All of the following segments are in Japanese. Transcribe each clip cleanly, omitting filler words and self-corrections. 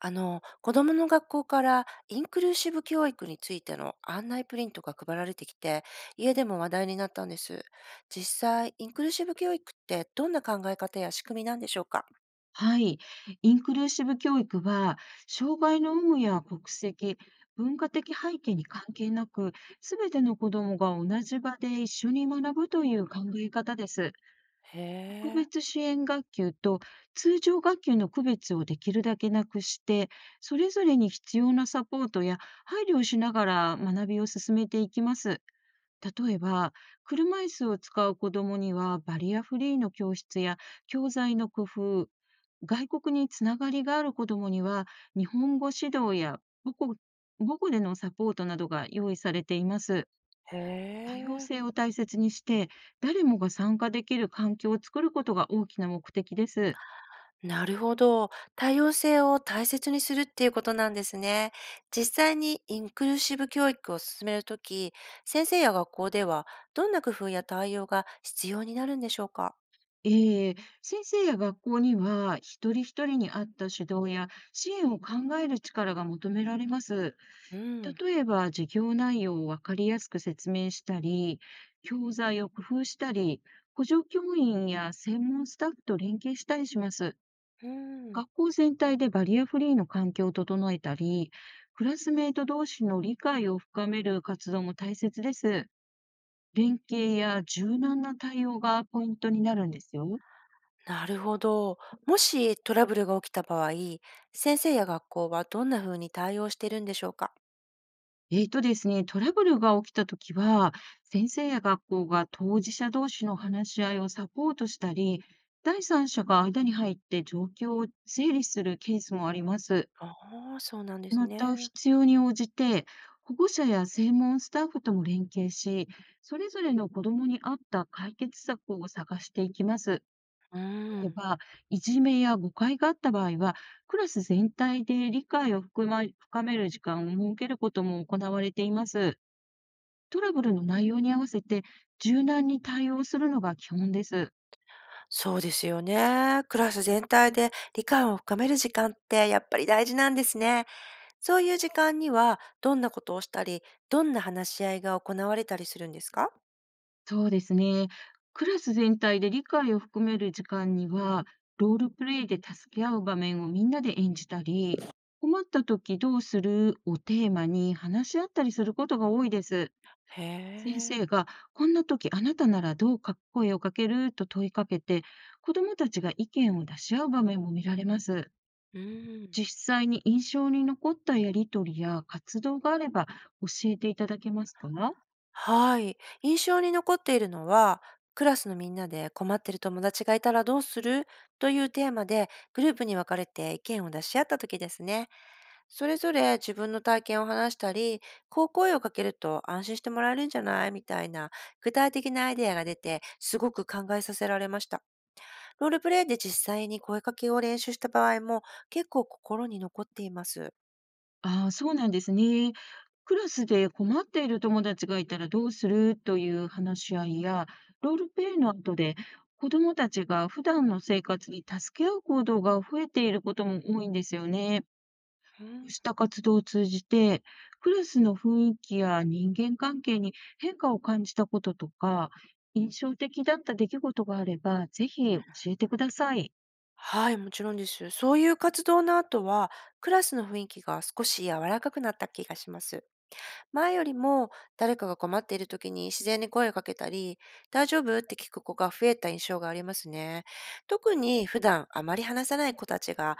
子供の学校からインクルーシブ教育についての案内プリントが配られてきて、家でも話題になったんです。実際、インクルーシブ教育ってどんな考え方や仕組みなんでしょうか？はい。インクルーシブ教育は、障害の有無や国籍、文化的背景に関係なく、すべての子どもが同じ場で一緒に学ぶという考え方です。へ特え、別支援学級と通常学級の区別をできるだけなくして、それぞれに必要なサポートや配慮をしながら学びを進めていきます。例えば、車椅子を使う子どもにはバリアフリーの教室や教材の工夫、外国につながりがある子どもには日本語指導や母国母語でのサポートなどが用意されています。へ多様え、性を大切にして、誰もが参加できる環境を作ることが大きな目的です。なるほど。多様性を大切にするっていうことなんですね。実際にインクルーシブ教育を進めるとき、先生や学校ではどんな工夫や対応が必要になるんでしょうか？ええ、先生や学校には一人一人に合った指導や支援を考える力が求められます。うん。例えば、授業内容をわかりやすく説明したり、教材を工夫したり、補助教員や専門スタッフと連携したりします。うん。学校全体でバリアフリーの環境を整えたり、クラスメート同士の理解を深める活動も大切です。連携や柔軟な対応がポイントになるんですよ。なるほど。もしトラブルが起きた場合、先生や学校はどんな風に対応してるんでしょうか？ですね、トラブルが起きたときは、先生や学校が当事者同士の話し合いをサポートしたり、第三者が間に入って状況を整理するケースもあります。ああ、そうなんですまた、ね。必要に応じて、保護者や専門スタッフとも連携し、それぞれの子どもに合った解決策を探していきます。うー例えん、ば、いじめや誤解があった場合は、クラス全体で理解を深める時間を設けることも行われています。トラブルの内容に合わせて柔軟に対応するのが基本です。そうですよね。クラス全体で理解を深める時間ってやっぱり大事なんですね。そういう時間にはどんなことをしたり、どんな話し合いが行われたりするんですか？そうですね。クラス全体で理解を含める時間には、ロールプレイで助け合う場面をみんなで演じたり、困った時どうするをテーマに話し合ったりすることが多いです。へ先え、生が、こんな時あなたならどうか声をかけると問いかけて、子どもたちが意見を出し合う場面も見られます。うーん。実際に印象に残ったやり取りや活動があれば教えていただけますか？はい。印象に残っているのは、クラスのみんなで困ってる友達がいたらどうするというテーマでグループに分かれて意見を出し合った時ですね。それぞれ自分の体験を話したり、こう声をかけると安心してもらえるんじゃないみたいな具体的なアイデアが出て、すごく考えさせられました。ロールプレイで実際に声かけを練習した場合も結構心に残っています。ああ、そうなんですね。クラスで困っている友達がいたらどうするという話し合いや、ロールプレイの後で子どもたちが普段の生活に助け合う行動が増えていることも多いんですよね。うこうん。した活動を通じて、クラスの雰囲気や人間関係に変化を感じたこととか、印象的だった出来事があれば、ぜひ教えてください。はい、もちろんです。そういう活動の後は、クラスの雰囲気が少し柔らかくなった気がします。前よりも、誰かが困っている時に自然に声をかけたり、大丈夫って聞く子が増えた印象がありますね。特に普段あまり話さない子たちが、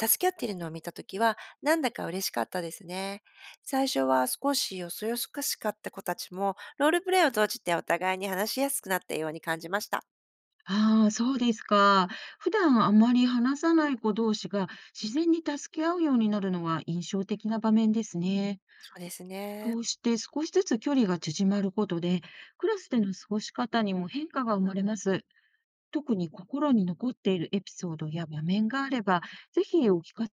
助け合っているのを見た時は、なんだか嬉しかったですね。最初は少しよそよそかしかった子たちも、ロールプレイを通じてお互いに話しやすくなったように感じました。ああ、そうですか。普段あまり話さない子同士が自然に助け合うようになるのは印象的な場面ですね。そうですね。こうして少しずつ距離が縮まることで、クラスでの過ごし方にも変化が生まれます。特に心に残っているエピソードや場面があれば、ぜひお聞か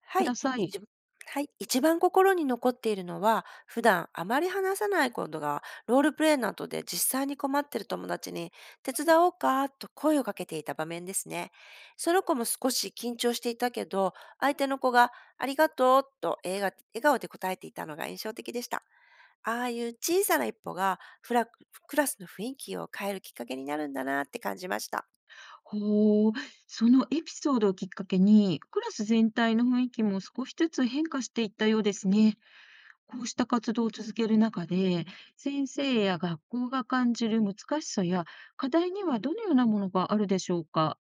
はくい、ださいい。ちはい、一番心に残っているのは、普段あまり話さないことが、ロールプレイなどで実際に困ってる友達に、手伝おうかと声をかけていた場面ですね。その子も少し緊張していたけど、相手の子がありがとうと笑顔で答えていたのが印象的でした。ああいう小さな一歩がクラスの雰囲気を変えるきっかけになるんだなって感じました。ほう、そのエピソードをきっかけに、クラス全体の雰囲気も少しずつ変化していったようですね。こうした活動を続ける中で、先生や学校が感じる難しさや課題にはどのようなものがあるでしょうか？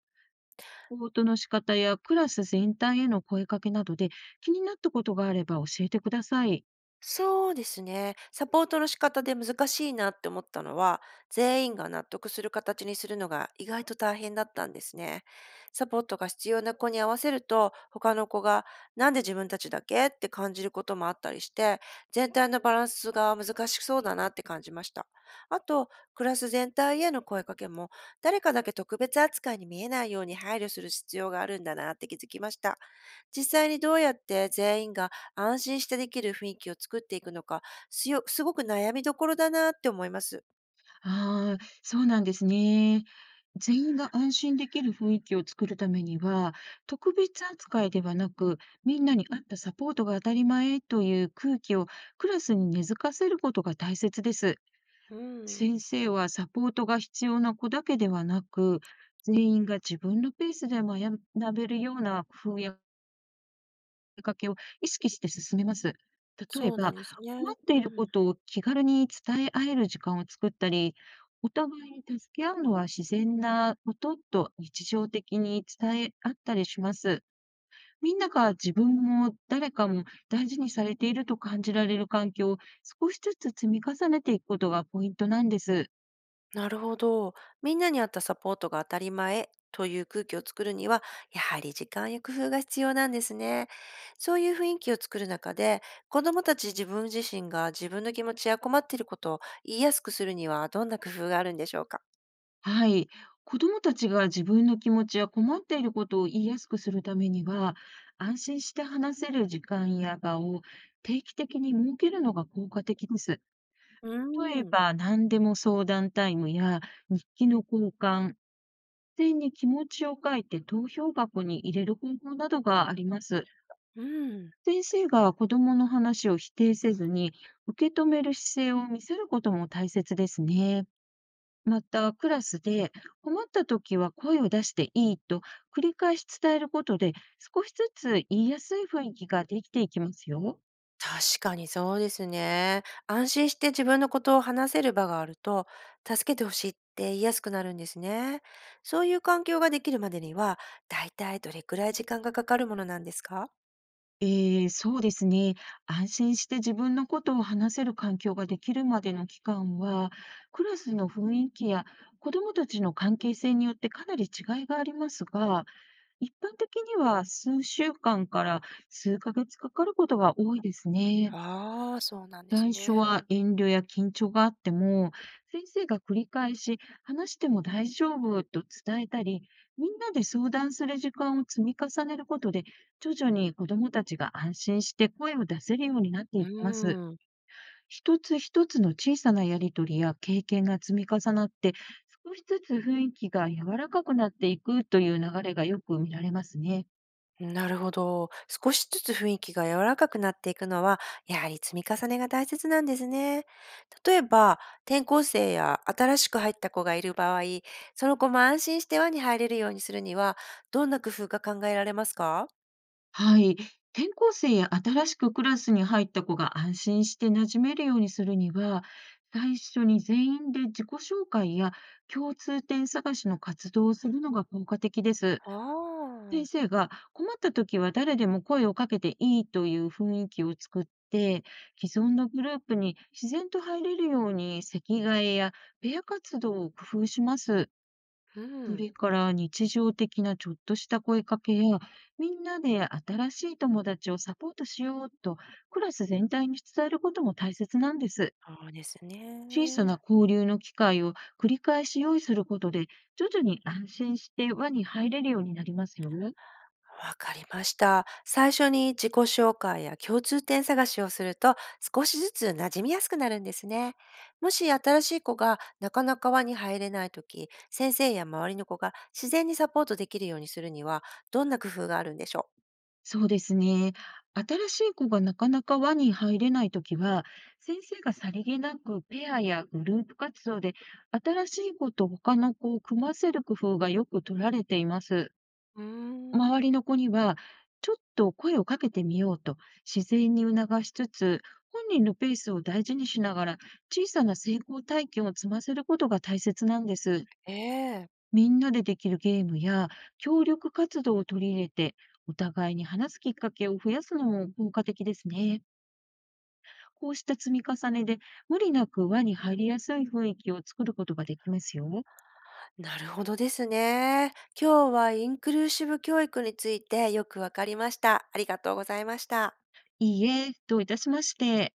サポートの仕方やクラス全体への声かけなどで、気になったことがあれば教えてください。そうですね。サポートの仕方で難しいなって思ったのは、全員が納得する形にするのが意外と大変だったんですね。サポートが必要な子に合わせると、他の子がなんで自分たちだけって感じることもあったりして、全体のバランスが難しそうだなって感じました。あと、クラス全体への声かけも、誰かだけ特別扱いに見えないように配慮する必要があるんだなって気づきました。実際にどうやって全員が安心してできる雰囲気を作っていくのか、すごく悩みどころだなって思います。ああ、そうなんですね。全員が安心できる雰囲気を作るためには、特別扱いではなく、みんなに合ったサポートが当たり前という空気をクラスに根付かせることが大切です。うん、先生はサポートが必要な子だけではなく、全員が自分のペースで学べるような工夫やきっかけを意識して進めます。例えそうなば、んですね。困っていうるこん、とを気軽に伝え合える時間を作ったり、お互いに助け合うのは自然なことと日常的に伝え合ったりします。みんなが自分も誰かも大事にされていると感じられる環境を少しずつ積み重ねていくことがポイントなんです。なるほど。みんなに合ったサポートが当たり前という空気を作るには、やはり時間や工夫が必要なんですね。そういう雰囲気を作る中で、子どもたち自分自身が自分の気持ちや困っていることを言いやすくするには、どんな工夫があるんでしょうか。はい。子どもたちが自分の気持ちや困っていることを言いやすくするためには、安心して話せる時間や場を定期的に設けるのが効果的です。う例えん、ば、何でも相談タイムや日記の交換、付箋に気持ちを書いて投票箱に入れる方法などがあります。うん。先生が子どもの話を否定せずに受け止める姿勢を見せることも大切ですね。また、クラスで困った時は声を出していいと繰り返し伝えることで少しずつ言いやすい雰囲気ができていきますよ。確かにそうですね。安心して自分のことを話せる場があると、助けてほしいって言いやすくなるんですね。そういう環境ができるまでには、だいたいどれくらい時間がかかるものなんですか？ええ、そうですね。安心して自分のことを話せる環境ができるまでの期間は、クラスの雰囲気や子どもたちの関係性によってかなり違いがありますが、一般的には数週間から数ヶ月かかることが多いですね。ああー、そうなんです最初ね。は遠慮や緊張があっても、先生が繰り返し話しても大丈夫と伝えたり、みんなで相談する時間を積み重ねることで、徐々に子どもたちが安心して声を出せるようになってういきます。ーん。一つ一つの小さなやりとりや経験が積み重なって、少しずつ雰囲気が柔らかくなっていくという流れがよく見られますね。なるほど。少しずつ雰囲気が柔らかくなっていくのは、やはり積み重ねが大切なんですね。例えば、転校生や新しく入った子がいる場合、その子も安心して輪に入れるようにするには、どんな工夫が考えられますか？はい。転校生や新しくクラスに入った子が安心して馴染めるようにするには、最初に全員で自己紹介や共通点探しの活動をするのが効果的です。ああー、先生が困った時は誰でも声をかけていいという雰囲気を作って、既存のグループに自然と入れるように席替えやペア活動を工夫します。うそん。れから日常的なちょっとした声かけや、みんなで新しい友達をサポートしようと、クラス全体に伝えることも大切なんです。そうです小さね。な交流の機会を繰り返し用意することで、徐々に安心して輪に入れるようになりますよ。わかりました。最初に自己紹介や共通点探しをすると少しずつ馴染みやすくなるんですね。もし新しい子がなかなか輪に入れないとき、先生や周りの子が自然にサポートできるようにするにはどんな工夫があるんでしょそうですね。新しい子がなかなか輪に入れないときは、先生がさりげなくペアやグループ活動で新しい子と他の子を組ませる工夫がよく取られています。う？うーん、周りの子には、ちょっと声をかけてみようと自然に促しつつ、本人のペースを大事にしながら、小さな成功体験を積ませることが大切なんです。ええ、みんなでできるゲームや協力活動を取り入れて、お互いに話すきっかけを増やすのも効果的ですね。こうした積み重ねで、無理なく輪に入りやすい雰囲気を作ることができますよ。なるほどですね。今日はインクルーシブ教育についてよくわかりました。ありがとうございました。いいえ、どういたしまして。